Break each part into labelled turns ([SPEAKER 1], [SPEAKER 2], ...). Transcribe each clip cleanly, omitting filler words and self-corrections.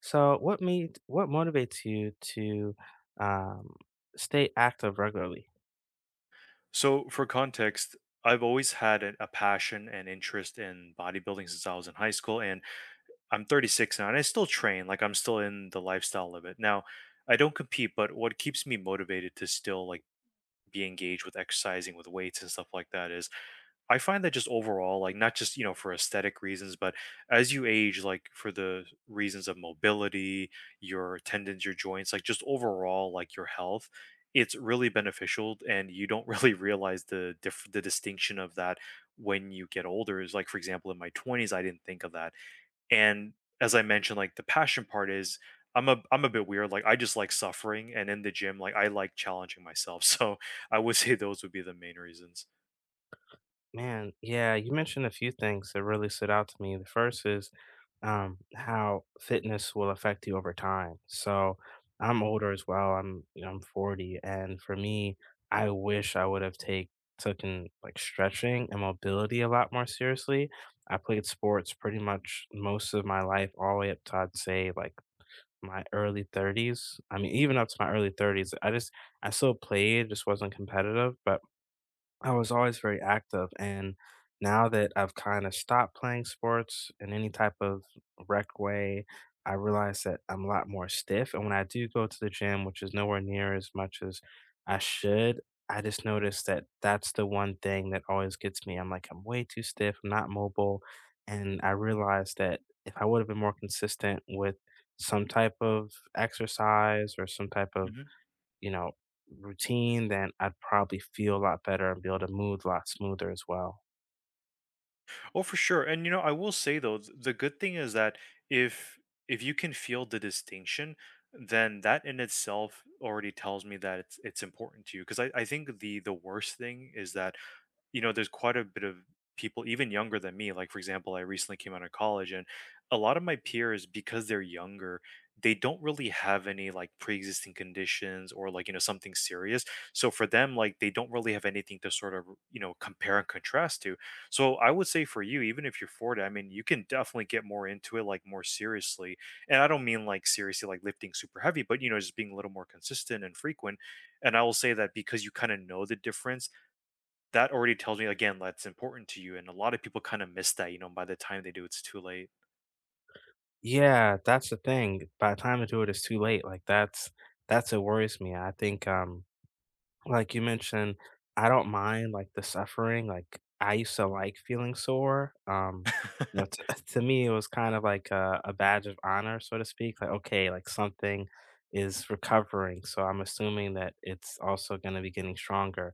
[SPEAKER 1] So, what made what motivates you to um, stay active regularly?
[SPEAKER 2] So, for context, I've always had a passion and interest in bodybuilding since I was in high school, and I'm 36 now, and I still train. Like I'm still in the lifestyle of it. Now, I don't compete, but what keeps me motivated to still like be engaged with exercising, with weights and stuff like that is I find that just overall, like not just, you know, for aesthetic reasons, but as you age, like for the reasons of mobility, your tendons, your joints, like just overall, like your health, it's really beneficial. And you don't really realize the the distinction of that when you get older. Is like, for example, in my 20s, I didn't think of that. And as I mentioned, like the passion part is I'm a bit weird. Like I just like suffering and in the gym, like I like challenging myself. So I would say those would be the main reasons.
[SPEAKER 1] Man, yeah, you mentioned a few things that really stood out to me. The first is how fitness will affect you over time. So, I'm older as well. I'm You know, I'm 40, and for me, I wish I would have taken like stretching and mobility a lot more seriously. I played sports pretty much most of my life, all the way up to I'd say like my early 30s. I mean, even up to my early 30s, I just I still played, just wasn't competitive, but I was always very active, and now that I've kind of stopped playing sports in any type of rec way, I realize that I'm a lot more stiff. And when I do go to the gym, which is nowhere near as much as I should, I just notice that that's the one thing that always gets me. I'm like, I'm way too stiff, I'm not mobile. And I realize that if I would have been more consistent with some type of exercise or some type of you know, routine, then I'd probably feel a lot better and be able to move a lot smoother as well.
[SPEAKER 2] Oh, for sure. And you know, I will say though, the good thing is that if if you can feel the distinction, then that in itself already tells me that it's important to you. Because I think the worst thing is that you know, there's quite a bit of people even younger than me. Like, for example, I recently came out of college, and a lot of my peers, because they're younger, they don't really have any like pre-existing conditions or like you know something serious. So for them, like they don't really have anything to sort of you know compare and contrast to. So I would say for you, even if you're 40, I mean, you can definitely get more into it, like more seriously. And I don't mean like seriously, like lifting super heavy, but you know, just being a little more consistent and frequent. And I will say that because you kind of know the difference that already tells me again that's important to you, and a lot of people kinda miss that, you know, by the time they do, it's too late.
[SPEAKER 1] Yeah, that's the thing. By the time I do it, it's too late. Like that's what worries me. I think like you mentioned, I don't mind, like, the suffering, like, I used to like feeling sore, you know, t to me, it was kind of like a badge of honor, so to speak, like, okay, like, something is recovering, so I'm assuming that it's also gonna be getting stronger,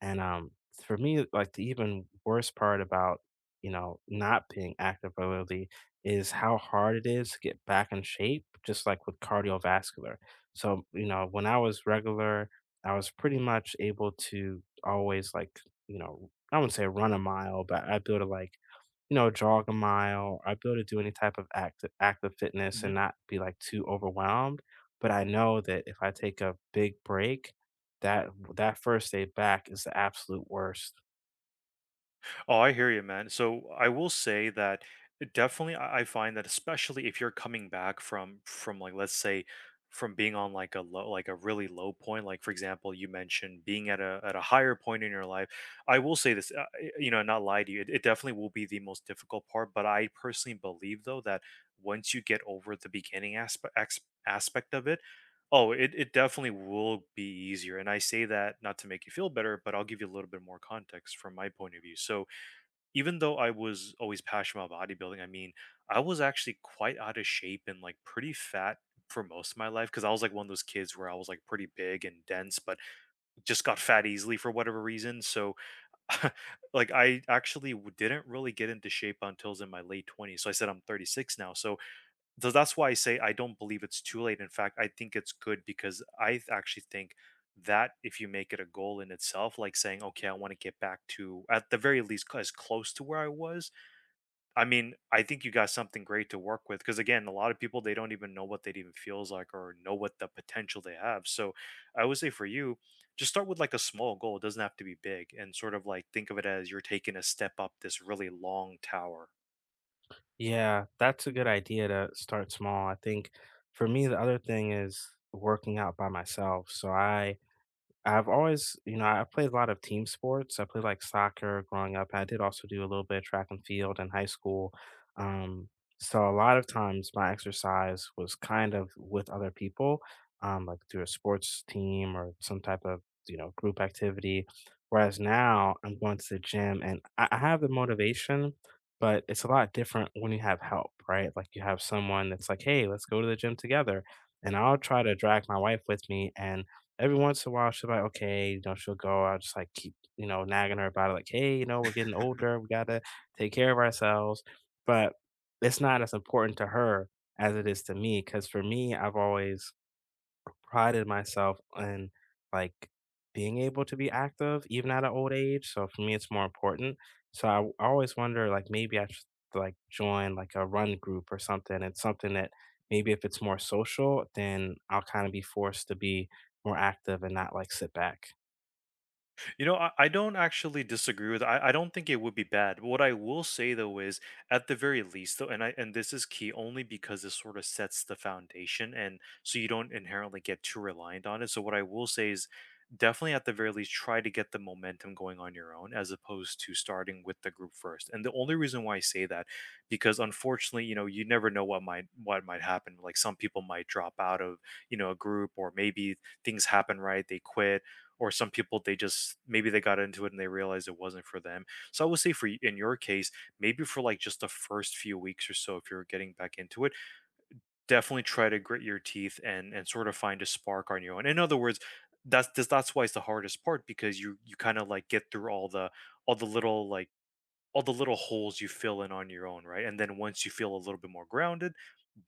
[SPEAKER 1] and, for me, like, the even worst part about, you know, not being active regularly is how hard it is to get back in shape, just like with cardiovascular, so, you know, when I was regular I was pretty much able to always like, you know, I wouldn't say run a mile, but I'd be able to like, you know, jog a mile. I'd be able to do any type of active fitness and not be like too overwhelmed. But I know that if I take a big break, that that first day back is the absolute worst.
[SPEAKER 2] Oh, I hear you, man. So I will say that definitely I find that especially if you're coming back from like let's say from being on like a low like a really low point like for example you mentioned being at a higher point in your life. I will say this, you know, not lie to you, it definitely will be the most difficult part, but I personally believe though that once you get over the beginning aspect of it. Oh, it definitely will be easier, and I say that not to make you feel better, but I'll give you a little bit more context from my point of view. So even though I was always passionate about bodybuilding, I mean, I was actually quite out of shape and like pretty fat for most of my life because I was like one of those kids where I was like pretty big and dense, but just got fat easily for whatever reason. So, like, I actually didn't really get into shape until I was in my late 20s. So, I said I'm 36 now. So, that's why I say I don't believe it's too late. In fact, I think it's good because I actually think that if you make it a goal in itself like saying, okay, I want to get back to at the very least as close to where I was. I mean, I think you got something great to work with because again, a lot of people they don't even know what that even feels like or know what the potential they have. So, I would say for you, just start with like a small goal. It doesn't have to be big, and sort of like think of it as you're taking a step up this really long tower.
[SPEAKER 1] Yeah, that's a good idea to start small. I think for me the other thing is working out by myself. So I I've always, you know, I played a lot of team sports. I played like soccer growing up. I did also do a little bit of track and field in high school. Um, so a lot of times my exercise was kind of with other people, like through a sports team or some type of, you know, group activity. Whereas now I'm going to the gym and I have the motivation, but it's a lot different when you have help, right? Like you have someone that's like, hey, let's go to the gym together. And I'll try to drag my wife with me and every once in a while, she's like, okay, you know, she'll go. I'll just like keep, you know, nagging her about it, like, hey, you know, we're getting older. We got to take care of ourselves. But it's not as important to her as it is to me. Cause for me, I've always prided myself in like being able to be active even at an old age. So for me, it's more important. So I always wonder like maybe I should like join like a run group or something. It's something that maybe if it's more social, then I'll kind of be forced to be more active and not like sit back.
[SPEAKER 2] You know, I don't actually disagree with. I don't think it would be bad. What I will say though is at the very least though, and I, and this is key only because this sort of sets the foundation and so you don't inherently get too reliant on it. So what I will say is definitely at the very least try to get the momentum going on your own as opposed to starting with the group first. And the only reason why I say that, because unfortunately, you know, you never know what might happen. Like some people might drop out of, you know, a group, or maybe things happen, right, they quit, or some people they just maybe they got into it and they realized it wasn't for them. So I would say for in your case, maybe for like just the first few weeks or so if you're getting back into it, definitely try to grit your teeth and sort of find a spark on your own. In other words, that's why it's the hardest part because you kind of like get through all the little like all the little holes you fill in on your own, right? And then once you feel a little bit more grounded,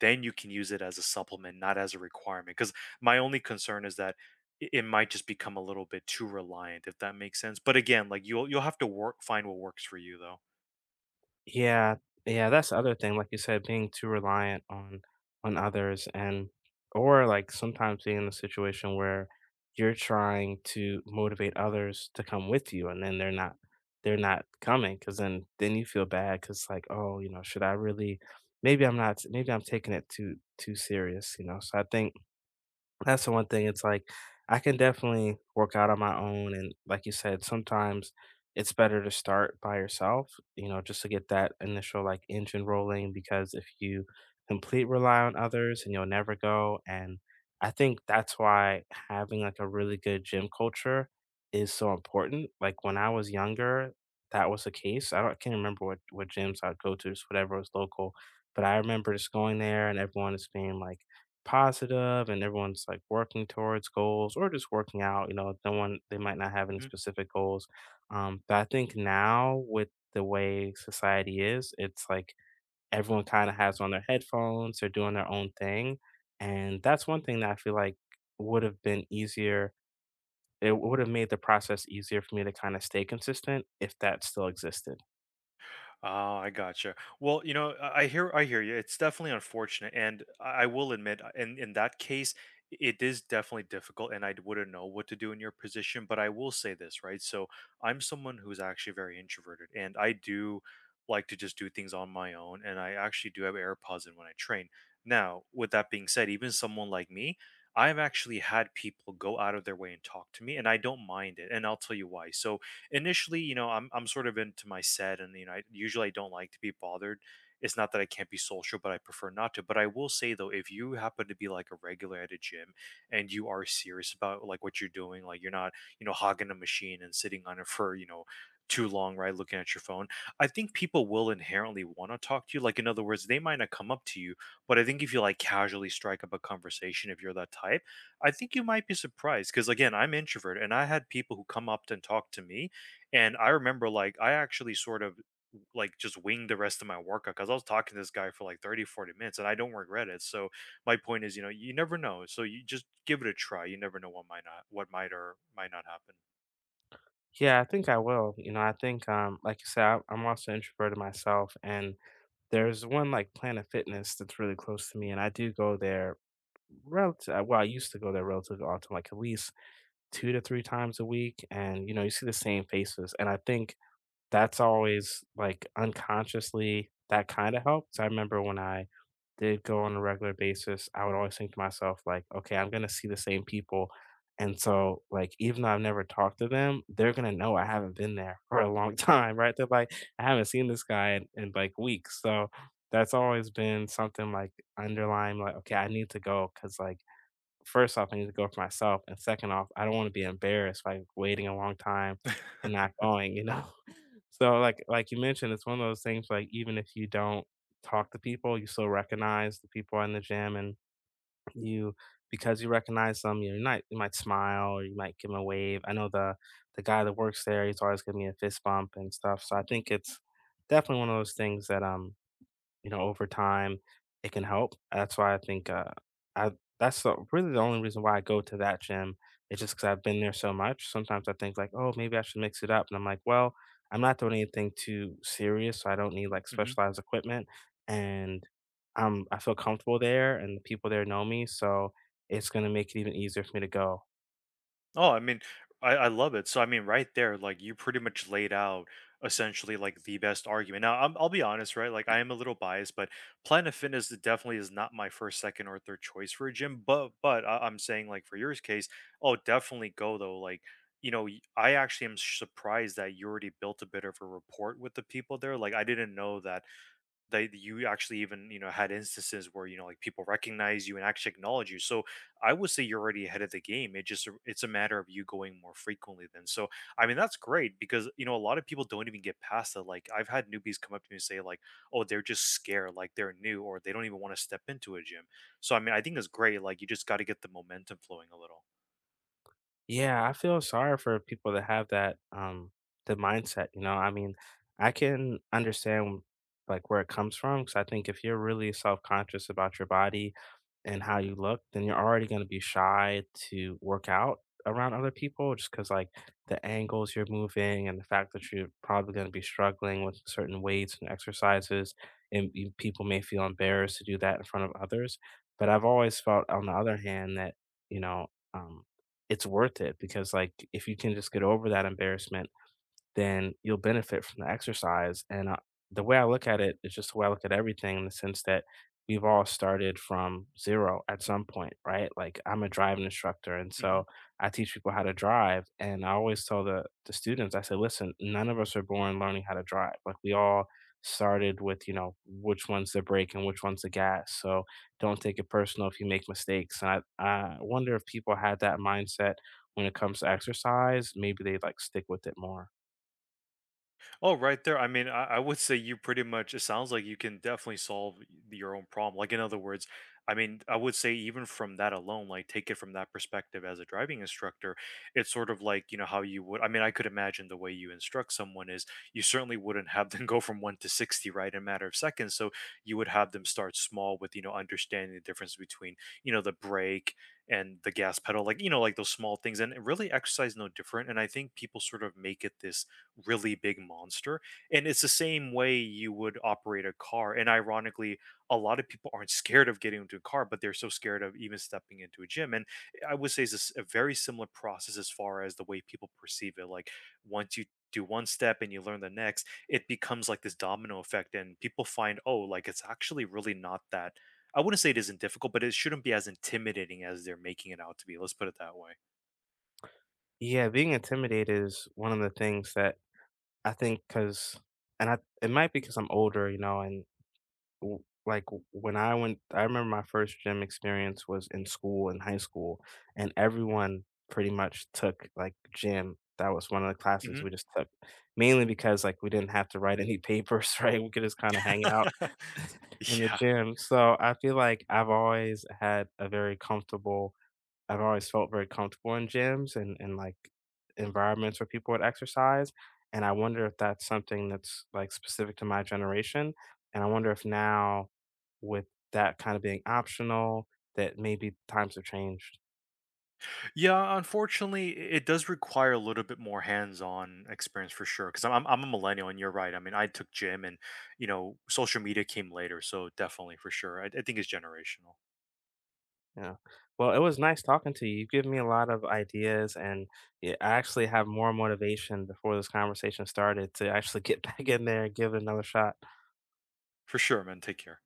[SPEAKER 2] then you can use it as a supplement, not as a requirement. Because my only concern is that it might just become a little bit too reliant, if that makes sense. But again, like you'll have to work find what works for you though.
[SPEAKER 1] Yeah, yeah, that's the other thing, like you said, being too reliant on others and or like sometimes being in a situation where you're trying to motivate others to come with you and then they're not coming because then you feel bad because like oh you know should I really maybe I'm not maybe I'm taking it too serious you know so I think that's the one thing, it's like, I can definitely work out on my own, and like you said, sometimes it's better to start by yourself, you know, just to get that initial, like, engine rolling because if you complete rely on others and you'll never go, and I think that's why having, like, a really good gym culture is so important, like, when I was younger, that was the case, I don't I can't remember what gyms I'd go to, just whatever was local, but I remember just going there and everyone just being like positive and everyone's like working towards goals or just working out, you know, no one, they might not have any
[SPEAKER 2] Mhm.
[SPEAKER 1] specific goals. But I think now with the way society is, it's like everyone kind of has on their headphones, they're doing their own thing, and that's one thing that I feel like would have been easier, it would have made the process easier for me to kind of stay consistent if that still existed.
[SPEAKER 2] Oh, I gotcha. Well, you know, I hear you. It's definitely unfortunate, and I will admit, in that case, it is definitely difficult, and I wouldn't know what to do in your position. But I will say this, right? So I'm someone who's actually very introverted, and I do like to just do things on my own, and I actually do have AirPods in when I train. Now, with that being said, even someone like me, I've actually had people go out of their way and talk to me, and I don't mind it, and I'll tell you why. So initially, you know, I'm sort of into my set, and you know, I usually I don't like to be bothered. It's not that I can't be social, but I prefer not to. But I will say though, if you happen to be like a regular at a gym and you are serious about like what you're doing, like you're not, you know, hogging a machine and sitting on it for, you know, too long, right? Looking at your phone. I think people will inherently want to talk to you. Like in other words, they might not come up to you, but I think if you like casually strike up a conversation, if you're that type, I think you might be surprised because again, I'm introvert and I had people who come up and talk to me, and I remember like I actually sort of like just winged the rest of my workout because I was talking to this guy for like 30, 40 minutes and I don't regret it. So my point is, you know, you never know. So you just give it a try. You never know what might or might not happen.
[SPEAKER 1] Yeah, I think I will, you know. I think like you said, I'm also introverted myself, and there's one like Planet Fitness that's really close to me, and I do go there relative well, I used to go there relatively often, like at least 2 to 3 times a week, and, you know, you see the same faces, and I think that's always, like, unconsciously, that kinda helps. I remember when I did go on a regular basis, I would always think to myself, like, "Okay, I'm gonna see the same people," and so, like, even though I've never talked to them, they're gonna know I haven't been there for a long time, right? They're like, "I haven't seen this guy in like, weeks," so that's always been something, like, underlying, like, "Okay, I need to go," because like, first off, I need to go for myself, and second off, I don't wanna be embarrassed by waiting a long time and not going, you know? So, like you mentioned, it's one of those things, like, even if you don't talk to people, you still recognize the people in the gym, and you because you recognize them, you might smile or you might give 'em a wave. I know the guy that works there, he's always giving me a fist bump and stuff, so I think it's definitely one of those things that, you know, over time, it can help. That's why I think, I that's the really the only reason why I go to that gym. It's just because 'cause I've been there so much. Sometimes I think like, "Oh, maybe I should mix it up." And I'm like, "Well, I'm not doing anything too serious, so I don't need, like,
[SPEAKER 2] Mhm.
[SPEAKER 1] specialized equipment." And, I feel comfortable there, and the people there know me, so it's gonna make it even easier for me to go.
[SPEAKER 2] Oh, I mean, I love it. So I mean, right there, like you pretty much laid out essentially like the best argument. Now, I'll be honest, right? Like I am a little biased, but Planet Fitness is not my first, second, or third choice for a gym. But I'm saying like for your case, oh, definitely go though. Like you know, I actually am surprised that you already built a bit of a rapport with the people there. Like I didn't know that you actually even you know had instances where you know like people recognize you and actually acknowledge you. So I would say you're already ahead of the game. It just it's a matter of you going more frequently then. So I mean that's great because you know a lot of people don't even get past that. Like I've had newbies come up to me and say like, oh, they're just scared, like they're new or they don't even want to step into a gym. So I mean I think it's great. Like you just got to get the momentum flowing a little.
[SPEAKER 1] Yeah, I feel sorry for people that have that the mindset, you know. I mean, I can understand like where it comes from because I think if you're really self-conscious about your body and how you look, then you're already gonna be shy to work out around other people just because like, the angles you're moving and the fact that you're probably gonna be struggling with certain weights and exercises, and you people may feel embarrassed to do that in front of others. But I've always felt, on the other hand, that, you know, um, it's worth it because, like, if you can just get over that embarrassment, then you'll benefit from the exercise. And the way I look at it is just the way I look at everything, in the sense that we've all started from zero at some point, right? Like I'm a driving instructor, and so
[SPEAKER 2] Mhm.
[SPEAKER 1] I teach people how to drive. And I always tell the students, I say, listen, none of us are born learning how to drive. Like we all started with, you know, which one's the brake and which one's the gas, so don't take it personal if you make mistakes. And I wonder if people had that mindset when it comes to exercise, maybe they like stick with it more.
[SPEAKER 2] Oh, right there. I mean, I would say you pretty much, it sounds like you can definitely solve your own problem. Like, in other words, I mean, I would say even from that alone, like, take it from that perspective as a driving instructor. It's sort of like, you know, how you would, I mean, I could imagine the way you instruct someone is you certainly wouldn't have them go from one to 60, right, in a matter of seconds. So you would have them start small with, you know, understanding the difference between, you know, the brake and the gas pedal, like, you know, like those small things. And really, exercise no different. And I think people sort of make it this really big monster. And it's the same way you would operate a car. And ironically, a lot of people aren't scared of getting into a car, but they're so scared of even stepping into a gym. And I would say it's a a very similar process as far as the way people perceive it. Like once you do one step and you learn the next, it becomes like this domino effect, and people find, oh, like it's actually really not that. I wouldn't say it isn't difficult, but it shouldn't be as intimidating as they're making it out to be. Let's put it that way.
[SPEAKER 1] Yeah, being intimidated is one of the things that I think because, and I it might be because I'm older, you know, and like when I went, I remember my first gym experience was in school in high school, and everyone pretty much took like gym. That was one of the classes
[SPEAKER 2] Hmm.
[SPEAKER 1] we just took, mainly because like we didn't have to write any papers, right? We could just kind of hang out in the
[SPEAKER 2] Yeah.
[SPEAKER 1] gym. So I feel like I've always felt very comfortable in gyms and like, environments where people would exercise, and I wonder if that's something that's, like, specific to my generation, and I wonder if now, with that kinda being optional, that maybe times have changed,
[SPEAKER 2] Yeah, unfortunately, it does require a little bit more hands-on experience for sure. Because I'm a millennial, and you're right. I mean, I took gym, and you know, social media came later, so definitely for sure. I think it's generational
[SPEAKER 1] yeah. Well, it was nice talking to you, you've given me a lot of ideas, and, yeah, I actually have more motivation before this conversation started to actually get back in there and give it another shot.
[SPEAKER 2] for sure, man. Take care.